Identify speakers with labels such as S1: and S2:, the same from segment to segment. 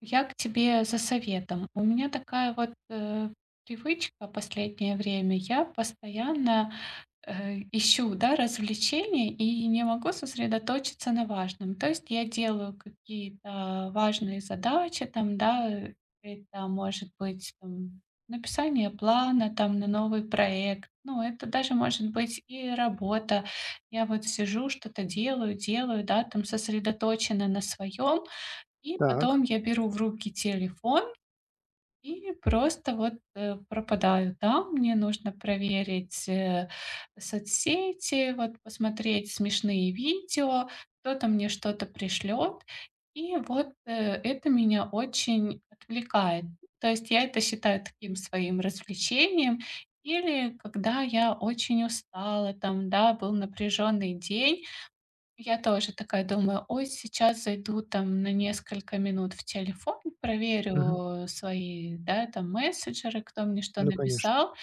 S1: Я к тебе за советом. У меня такая привычка последнее время. Я постоянно ищу, да, развлечения и не могу сосредоточиться на важном. То есть я делаю какие-то важные задачи там, да. Это может быть там написание плана там на новый проект. Ну, это даже может быть и работа. Я вот сижу, что-то делаю, да, там сосредоточена на своем, и
S2: Так.
S1: потом я беру в руки телефон и просто пропадаю там. Мне нужно проверить соцсети, вот посмотреть смешные видео, кто-то мне что-то пришлет. И это меня очень отвлекает. То есть я это считаю таким своим развлечением. Или когда я очень устала, там, да, был напряженный день, я тоже такая думаю: "Ой, сейчас зайду там на несколько минут в телефон,
S2: Мгм.
S1: проверю свои, да, там мессенджеры, кто мне что
S2: Ну, конечно,
S1: написал".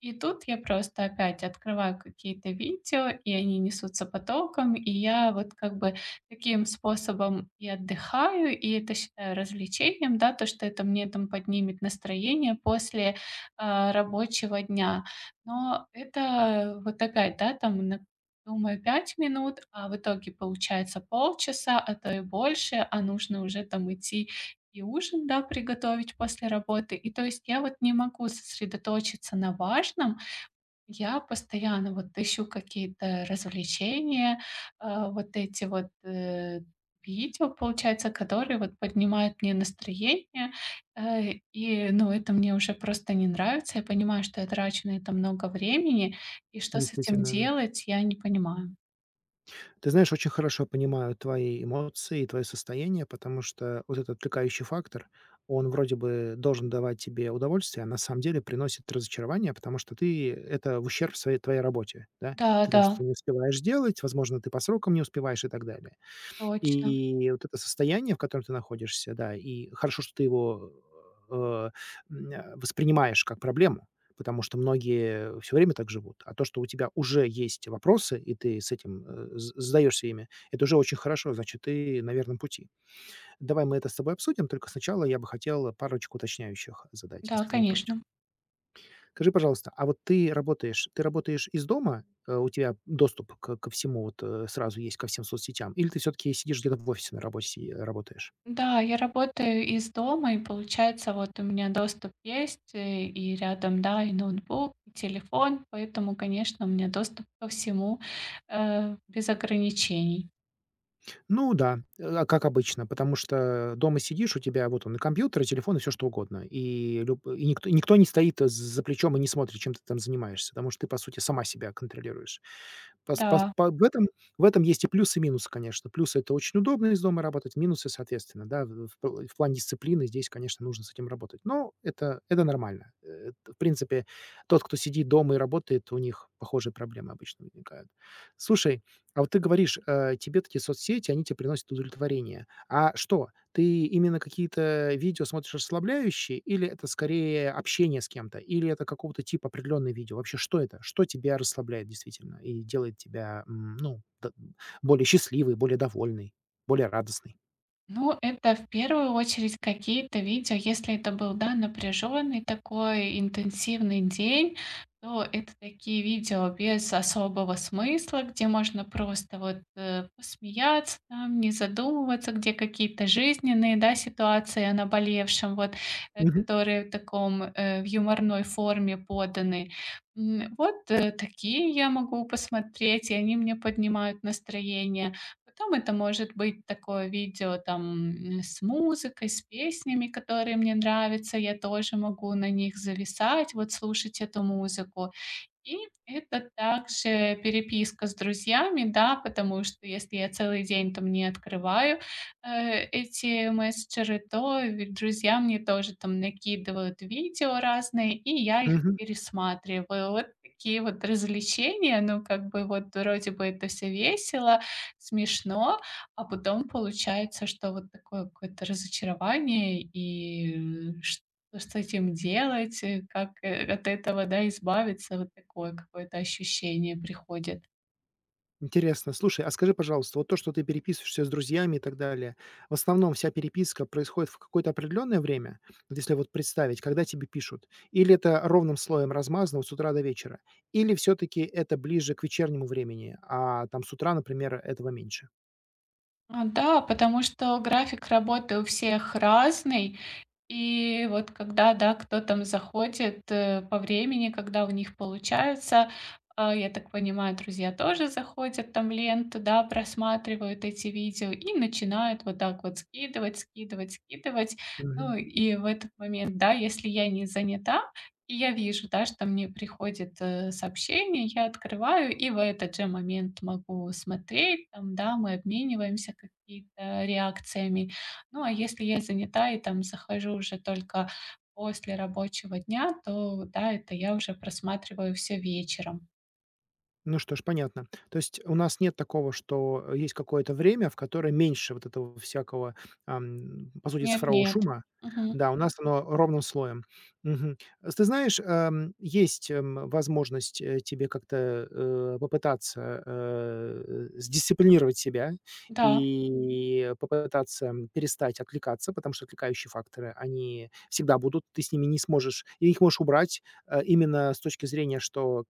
S1: И тут я просто опять открываю какие-то видео, и они несутся потоком, и я вот как бы таким способом и отдыхаю, и это считаю развлечением, да, то, что это мне там поднимет настроение после рабочего дня. Но это вот опять, да, там на думаю 5 минут, а в итоге получается полчаса, а то и больше, а нужно уже там идти и ужин, да, приготовить после работы. И то есть я вот не могу сосредоточиться на важном. Я постоянно вот ищу какие-то развлечения, вот эти вот, видео, получается, которые вот поднимают мне настроение. И, ну, это мне уже просто не нравится. Я понимаю, что я трачу на это много времени, и что с этим
S2: действительно, да.
S1: делать, я не понимаю.
S2: Ты знаешь, очень хорошо понимаю твои эмоции и твое состояние, потому что вот этот отвлекающий фактор, он вроде бы должен давать тебе удовольствие, а на самом деле приносит разочарование, потому что ты это в ущерб своей твоей работе, да.
S1: Да,
S2: Ты там
S1: да,
S2: что-то не успеваешь делать, возможно, ты по срокам не успеваешь и так далее.
S1: точно.
S2: И вот это состояние, в котором ты находишься, да, и хорошо, что ты его, э, воспринимаешь как проблему, потому что многие все время так живут. А то, что у тебя уже есть вопросы, и ты с этим, э, з задаешься ими, это уже очень хорошо, значит, ты на верном пути. Давай мы это с тобой обсудим, только сначала я бы хотел парочку уточняющих задать,
S1: Да,
S2: если ты не против.
S1: конечно.
S2: Скажи, пожалуйста, а вот ты работаешь из дома? У тебя доступ к ко всему сразу есть, ко всем соцсетям? Или ты все таки сидишь где-то в офисе на работе си работаешь?
S1: Да, я работаю из дома, и получается, вот у меня доступ есть, и рядом, да, и ноутбук, и телефон, поэтому, конечно, у меня доступ ко всему, без ограничений.
S2: Ну да, а как обычно, потому что дома сидишь, у тебя вот он и компьютер, и телефон, и все что угодно. И никто не стоит за плечом и не смотрит, чем ты там занимаешься, потому что ты, по сути, сама себя контролируешь. Пос пос
S1: Да.
S2: по в этом есть и плюсы, и минусы, конечно. Плюсы - это очень удобно из дома работать, минусы, соответственно, да, в плане дисциплины здесь, конечно, нужно с этим работать. Но это нормально. В принципе, тот, кто сидит дома и работает, у них похожие проблемы обычно возникают. Слушай, а вот ты говоришь, тебе такие соцсети, они тебе приносят удовлетворение. А что, ты именно какие-то видео смотришь расслабляющие или это скорее общение с кем-то, или это какого-то типа определенное видео? Вообще, что это? Что тебя расслабляет действительно и делает тебя, м, ну, д более счастливой, более довольной, более радостной?
S1: Ну, это в первую очередь какие-то видео. Если это был, да, напряженный такой интенсивный день, то это такие видео без особого смысла, где можно просто вот посмеяться, там, не задумываться, где какие-то жизненные, да, ситуации о наболевшем, вот,
S2: Мгм.
S1: которые в таком, в юморной форме поданы. Вот такие я могу посмотреть, и они мне поднимают настроение. Потом это может быть такое видео там, с музыкой, с песнями, которые мне нравятся. Я тоже могу на них зависать, вот слушать эту музыку. И это также переписка с друзьями, да, потому что если я целый день там не открываю эти мессенджеры, то ведь друзья мне тоже там накидывают видео разные, и я их
S2: Мгм.
S1: пересматриваю. Вот такие вот развлечения, ну, как бы вот вроде бы это все весело, смешно, а потом получается, что вот такое какое-то разочарование и ш что с этим делать, как, от этого, да, избавиться, вот такое какое-то ощущение приходит.
S2: Интересно. Слушай, а скажи, пожалуйста, вот то, что ты переписываешься с друзьями и так далее, в основном вся переписка происходит в какое-то определенное время? Вот если вот представить, когда тебе пишут? Или это ровным слоем размазано вот с утра до вечера? Или все-таки это ближе к вечернему времени, а там с утра, например, этого меньше?
S1: А, да, потому что график работы у всех разный. И вот когда, да, кто там заходит, по времени, когда у них получается, я так понимаю, друзья тоже заходят там ленту, да, просматривают эти видео и начинают вот так вот скидывать, скидывать, скидывать. Ну
S2: Мгм.
S1: и в этот момент, да, если я не занята, и я вижу, да, что мне приходит сообщение, я открываю и в этот же момент могу смотреть, там, да, мы обмениваемся какие-то реакциями. Ну, а если я занята и там захожу уже только после рабочего дня, то да, это я уже просматриваю все вечером.
S2: Ну что ж, понятно. То есть у нас нет такого, что есть какое-то время, в которое меньше вот этого всякого, по сути,
S1: Нет,
S2: цифрового
S1: нет.
S2: шума.
S1: Мгм.
S2: Да, у нас оно ровным слоем. Мгм. С Ты знаешь, есть возможность, тебе как-то, попытаться, сдисциплинировать себя
S1: Да,
S2: и попытаться, перестать отвлекаться, потому что отвлекающие факторы, они всегда будут, ты с ними не сможешь и их можешь убрать, именно с точки зрения, что,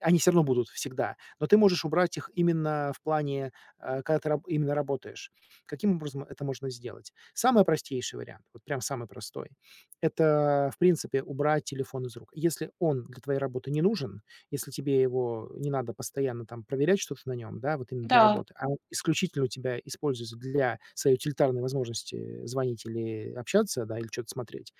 S2: они все равно будут всегда, но ты можешь убрать их именно в плане, когда ты раб именно работаешь. Каким образом это можно сделать? Самый простейший вариант, вот прям самый простой - это, в принципе, убрать телефон из рук. Если он для твоей работы не нужен, если тебе его не надо постоянно там проверять что-то на нем, да, вот именно для
S1: да,
S2: работы, а он исключительно у тебя используется для своей утилитарной возможности звонить или общаться, да, или что то смотреть,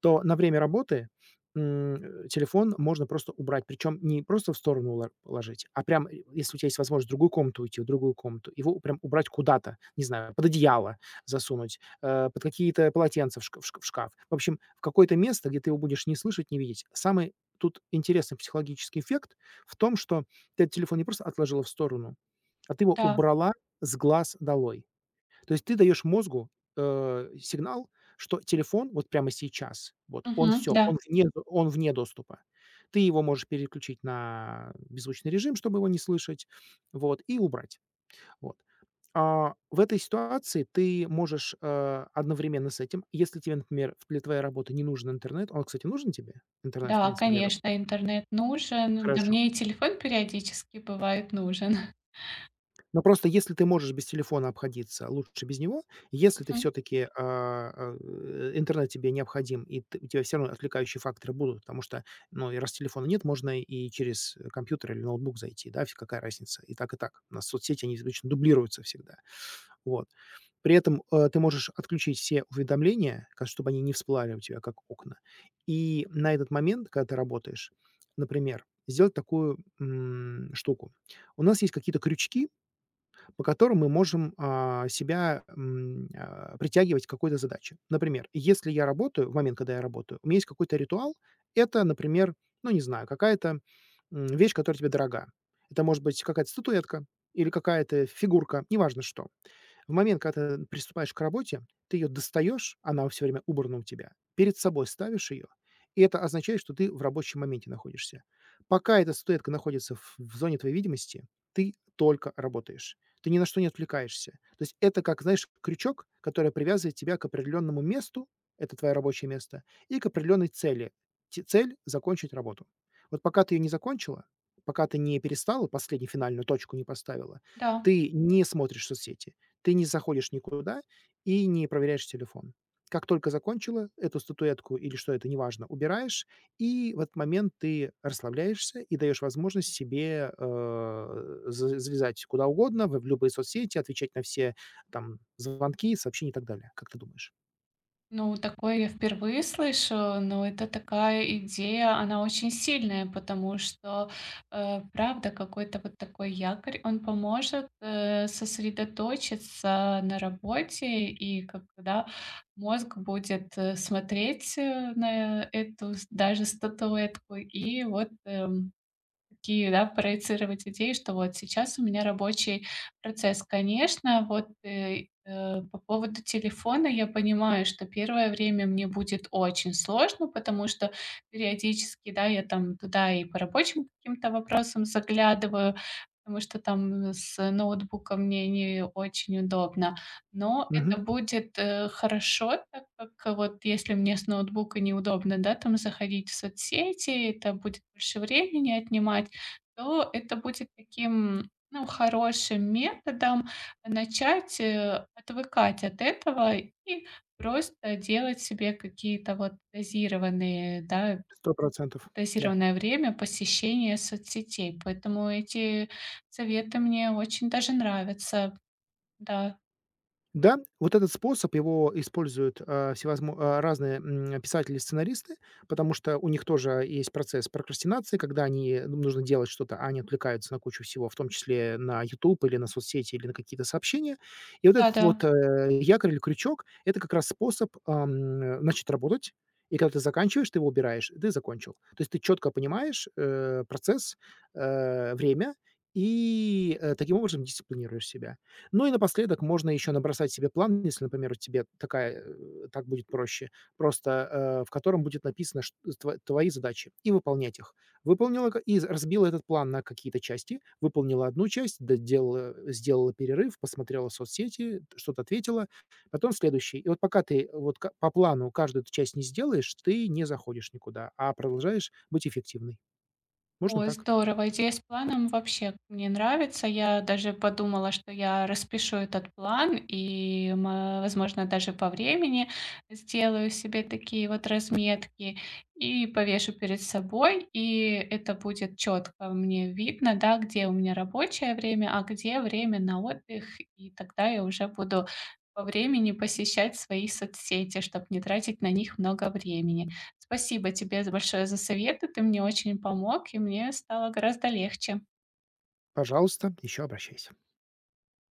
S2: то на время работы, телефон можно просто убрать. Причем не просто в сторону ло ложить, а прям, если у тебя есть возможность в другую комнату уйти, в другую комнату, его прям убрать куда-то, не знаю, под одеяло засунуть, под какие-то полотенца в шкаф. В общем, в какое-то место, где ты его будешь не слышать, не видеть. Самый тут интересный психологический эффект в том, что ты этот телефон не просто отложила в сторону, а ты его
S1: да.
S2: убрала с глаз долой. То есть ты даешь мозгу, сигнал, что телефон вот прямо сейчас, вот он
S1: Мгм.
S2: все
S1: Да,
S2: он он вне доступа. Ты его можешь переключить на беззвучный режим, чтобы его не слышать, вот, и убрать. Вот. В этой ситуации ты можешь, одновременно с этим, если тебе, например, в для твоей работы не нужен интернет. Он, кстати, нужен тебе? Интернет, в
S1: да,
S2: принципе, для работы.
S1: конечно, интернет нужен. Да
S2: Хорошо.
S1: мне и телефон периодически бывает нужен.
S2: Но просто если ты можешь без телефона обходиться, лучше без него. Если ты
S1: Мгм.
S2: все-таки, интернет тебе необходим, и т у тебя все равно отвлекающие факторы будут, потому что, ну, и раз телефона нет, можно и через, компьютер или ноутбук зайти, да, фи какая разница, и так, и так. У нас соцсети, они обычно дублируются всегда. Вот. При этом, ты можешь отключить все уведомления, ка чтобы они не всплывали у тебя как окна. И на этот момент, когда ты работаешь, например, сделать такую, штуку. У нас есть какие-то крючки, по которым мы можем, себя, притягивать к какой-то задаче. Например, если я работаю, в момент, когда я работаю, у меня есть какой-то ритуал. Это, например, ну, не знаю, какая-то, вещь, которая тебе дорога. Это может быть какая-то статуэтка или какая-то фигурка, неважно что. В момент, когда ты приступаешь к работе, ты ее достаешь, она все время убрана у тебя, перед собой ставишь ее, и это означает, что ты в рабочем моменте находишься. Пока эта статуэтка находится в зоне твоей видимости, ты только работаешь. Ты ни на что не отвлекаешься. То есть это как, знаешь, крючок, который привязывает тебя к определенному месту, это твое рабочее место, и к определенной цели. Цель — закончить работу. Вот пока ты ее не закончила, пока ты не перестала, последнюю финальную точку не поставила,
S1: Да.
S2: ты не смотришь соцсети, ты не заходишь никуда и не проверяешь телефон. Как только закончила эту статуэтку или что это, неважно, убираешь, и в этот момент ты расслабляешься и даешь возможность себе, э, за залезать куда угодно, в любые соцсети, отвечать на все там звонки, сообщения и так далее. Как ты думаешь?
S1: Ну, такое я впервые слышу, но это такая идея, она очень сильная, потому что, правда, какой-то вот такой якорь, он поможет сосредоточиться на работе, и когда мозг будет смотреть, на эту с даже статуэтку, и вот, такие, да, проецировать идеи, что вот сейчас у меня рабочий процесс. Конечно, вот, по поводу телефона я понимаю, что первое время мне будет очень сложно, потому что периодически, да, я там туда и по рабочим каким-то вопросам заглядываю, потому что там с ноутбука мне не очень удобно. Но
S2: Мгм.
S1: это будет хорошо, так как вот если мне с ноутбука неудобно, да, там заходить в соцсети, это будет больше времени отнимать то это будет таким, ну, хорошим методом начать отвыкать от этого и просто делать себе какие-то вот дозированные, да,
S2: Сто процентов, да.
S1: дозированное время посещения соцсетей. Поэтому эти советы мне очень даже нравятся. Да,
S2: Да, вот этот способ его используют, разные, писатели и сценаристы, потому что у них тоже есть процесс прокрастинации, когда они им нужно делать что-то, а они отвлекаются на кучу всего, в том числе на YouTube или на соцсети, или на какие-то сообщения. И вот этот
S1: да-да.
S2: вот, якорь или крючок - это как раз способ, начать работать, и когда ты заканчиваешь, ты его убираешь, и ты закончил. То есть ты четко понимаешь, процесс, время и, таким образом дисциплинируешь себя. Ну и напоследок можно еще набросать себе план, если, например, тебе такая, так будет проще, просто, в котором будет написано чт тво твои задачи, и выполнять их. Выполнила к и разбила этот план на какие-то части, выполнила одну часть, доделала сделала перерыв, посмотрела соцсети, что-то ответила, потом следующий. И вот пока ты э, вот ка по плану каждую эту часть не сделаешь, ты не заходишь никуда, а продолжаешь быть эффективной. Можно
S1: Ой,
S2: так.
S1: здорово. Идея с планом вообще мне нравится. Я даже подумала, что я распишу этот план и, возможно, даже по времени сделаю себе такие вот разметки и повешу перед собой. И это будет четко мне видно, да, где у меня рабочее время, а где время на отдых. И тогда я уже буду по времени посещать свои соцсети, чтобы не тратить на них много времени. Спасибо тебе большое за советы. Ты мне очень помог, и мне стало гораздо легче.
S2: Пожалуйста, еще обращайся.